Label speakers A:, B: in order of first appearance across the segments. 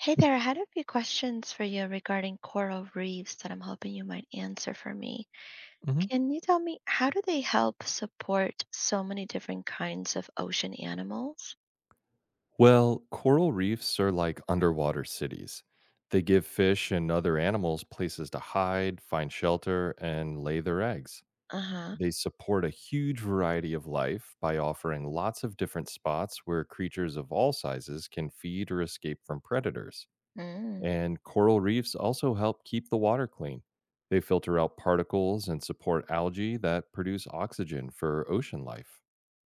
A: Hey there, I had a few questions for you regarding coral reefs that I'm hoping you might answer for me.
B: Hmm.
A: Can you tell me, how do they help support so many different kinds of ocean animals?
B: Well, coral reefs are like underwater cities. They give fish and other animals places to hide, find shelter, and lay their eggs.
A: Uh-huh.
B: They support a huge variety of life by offering lots of different spots where creatures of all sizes can feed or escape from predators.
A: Mm.
B: And coral reefs also help keep the water clean. They filter out particles and support algae that produce oxygen for ocean life.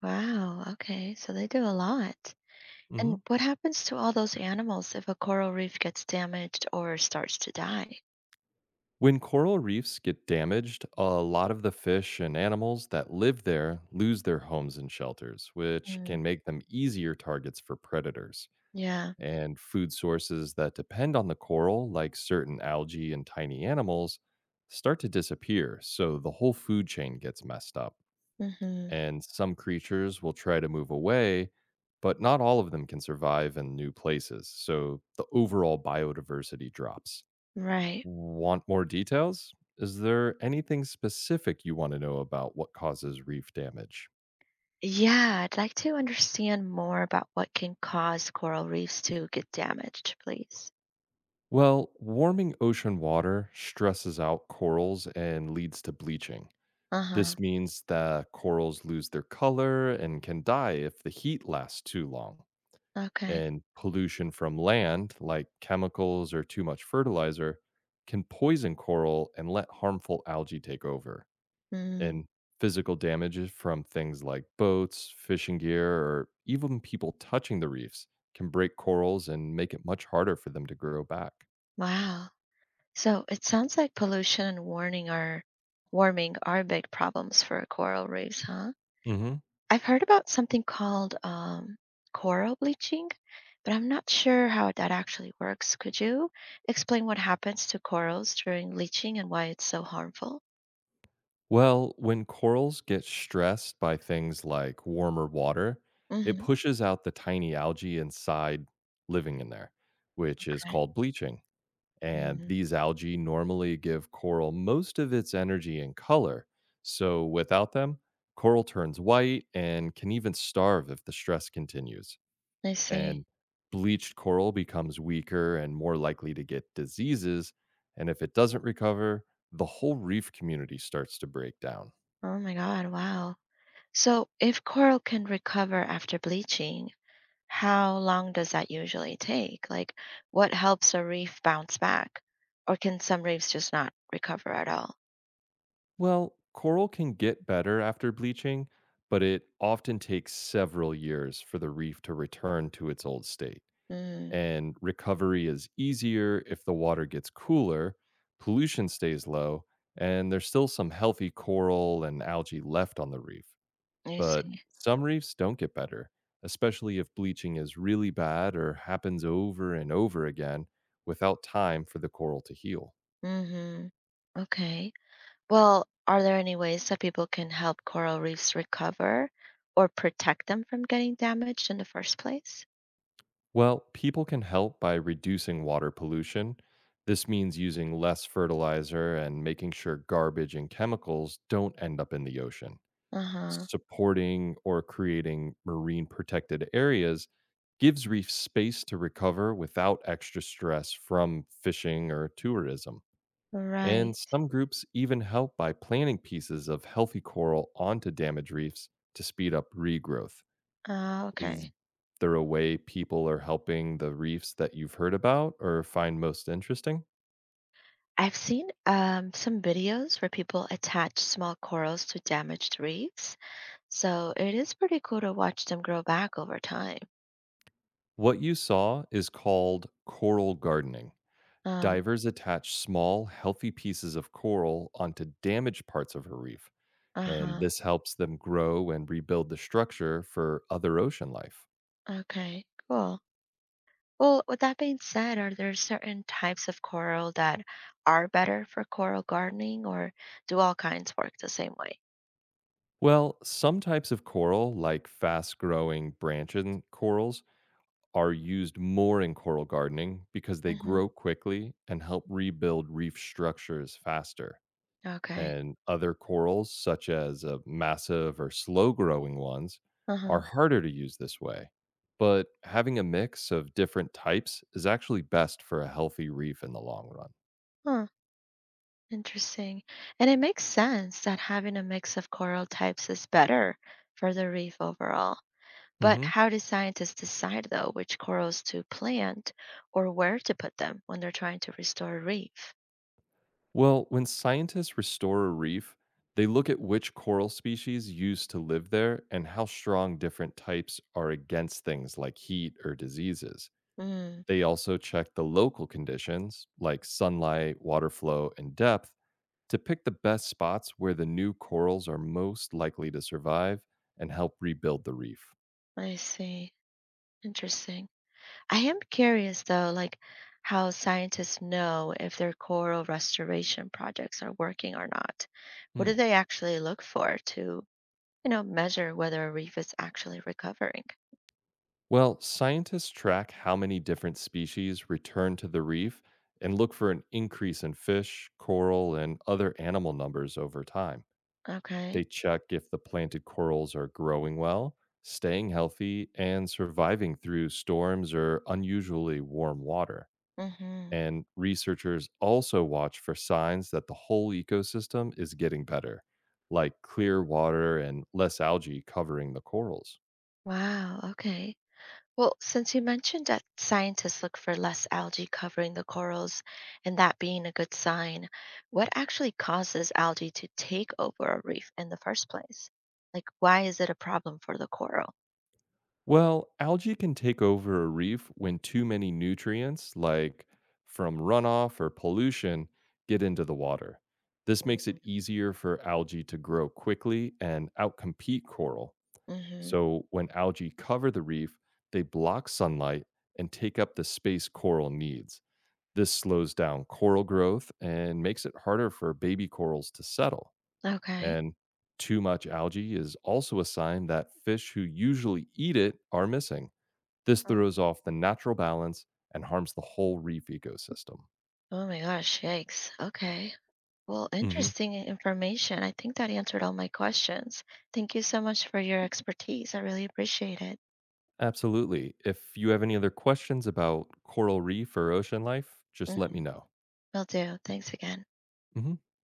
A: Wow. Okay, so they do a lot. And what happens to all those animals if a coral reef gets damaged or starts to die?
B: When coral reefs get damaged, a lot of the fish and animals that live there lose their homes and shelters, which
A: Mm.
B: can make them easier targets for predators.
A: Yeah.
B: And food sources that depend on the coral, like certain algae and tiny animals, start to disappear, so the whole food chain gets messed up.
A: Mm-hmm.
B: And some creatures will try to move away, but not all of them can survive in new places, so the overall biodiversity drops.
A: Right.
B: Want more details? Is there anything specific you want to know about what causes reef damage?
A: Yeah, I'd like to understand more about what can cause coral reefs to get damaged, please.
B: Well, warming ocean water stresses out corals and leads to bleaching.
A: Uh-huh.
B: This means that corals lose their color and can die if the heat lasts too long.
A: Okay.
B: And pollution from land, like chemicals or too much fertilizer, can poison coral and let harmful algae take over.
A: Mm,
B: And physical damages from things like boats, fishing gear, or even people touching the reefs can break corals and make it much harder for them to grow back.
A: wow. So it sounds like pollution and warning are warming are big problems for coral reefs, huh?
B: Hmm.
A: I've heard about something called coral bleaching, but I'm not sure how that actually works. Could you explain what happens to corals during bleaching and why it's so harmful?
B: Well, when corals get stressed by things like warmer water, it
A: Mm-hmm.
B: pushes out the tiny algae inside living in there, which is
A: Okay.
B: called bleaching. And
A: Mm,
B: these algae normally give coral most of its energy and color. So without them, coral turns white and can even starve if the stress continues.
A: I see.
B: And bleached coral becomes weaker and more likely to get diseases. And if it doesn't recover, the whole reef community starts to break down.
A: Oh my God, wow. So if coral can recover after bleaching, how long does that usually take? Like, what helps a reef bounce back? Or can some reefs just not recover at all?
B: Well, coral can get better after bleaching, but it often takes several years for the reef to return to its old state.
A: Mm,
B: And recovery is easier if the water gets cooler, pollution stays low, and there's still some healthy coral and algae left on the reef.
A: I
B: But
A: see.
B: some reefs don't get better, especially if bleaching is really bad or happens over and over again without time for the coral to heal.
A: Mm-hmm. Okay. Well, are there any ways that people can help coral reefs recover or protect them from getting damaged in the first place?
B: Well, people can help by reducing water pollution. This means using less fertilizer and making sure garbage and chemicals don't end up in the ocean.
A: Uh-huh.
B: Supporting or creating marine protected areas gives reefs space to recover without extra stress from fishing or tourism. And
A: Right.
B: some groups even help by planting pieces of healthy coral onto damaged reefs to speed up regrowth. Is
A: Okay.
B: there a way people are helping the reefs that you've heard about or find most interesting?
A: I've seen some videos where people attach small corals to damaged reefs, so it is pretty cool to watch them grow back over time.
B: What you saw is called coral gardening.
A: Um.
B: Divers attach small, healthy pieces of coral onto damaged parts of a reef, and
A: Uh-huh.
B: this helps them grow and rebuild the structure for other ocean life.
A: Okay, cool. Well, with that being said, are there certain types of coral that are better for coral gardening, or do all kinds work the same way?
B: Well, some types of coral, like fast growing branching corals, are used more in coral gardening because they
A: Hmm.
B: grow quickly and help rebuild reef structures faster.
A: Okay.
B: And other corals, such as massive or slow growing ones, are
A: Uh-huh.
B: harder to use this way. But having a mix of different types is actually best for a healthy reef in the long run.
A: Huh. Interesting. And it makes sense that having a mix of coral types is better for the reef overall. But
B: Hmm.
A: how do scientists decide, though, which corals to plant or where to put them when they're trying to restore a reef?
B: Well, when scientists restore a reef, they look at which coral species used to live there and how strong different types are against things like heat or diseases.
A: Mm,
B: They also check the local conditions like sunlight, water flow, and depth to pick the best spots where the new corals are most likely to survive and help rebuild the reef.
A: I see. Interesting. I am curious though, like, how scientists know if their coral restoration projects are working or not. What
B: Hmm.
A: do they actually look for to, you know, measure whether a reef is actually recovering?
B: Well, scientists track how many different species return to the reef and look for an increase in fish, coral, and other animal numbers over time.
A: Okay.
B: They check if the planted corals are growing well, staying healthy, and surviving through storms or unusually warm water.
A: Mm-hmm.
B: And researchers also watch for signs that the whole ecosystem is getting better, like clear water and less algae covering the corals.
A: Wow. Okay. Well, since you mentioned that scientists look for less algae covering the corals and that being a good sign, what actually causes algae to take over a reef in the first place? Like, why is it a problem for the coral?
B: Well, algae can take over a reef when too many nutrients, like from runoff or pollution, get into the water. This makes it easier for algae to grow quickly and outcompete coral.
A: Mm-hmm.
B: So, when algae cover the reef, they block sunlight and take up the space coral needs. This slows down coral growth and makes it harder for baby corals to settle.
A: Okay.
B: And too much algae is also a sign that fish who usually eat it are missing. This
A: Uh.
B: throws off the natural balance and harms the whole reef ecosystem.
A: Oh my gosh, yikes. Okay. Well,
B: Hmm.
A: interesting information. I think that answered all my questions. Thank you so much for your expertise. I really appreciate it.
B: Absolutely. If you have any other questions about coral reef or ocean life, just let me
A: Hmm.
B: know.
A: Will do. Thanks again.
B: Hmm.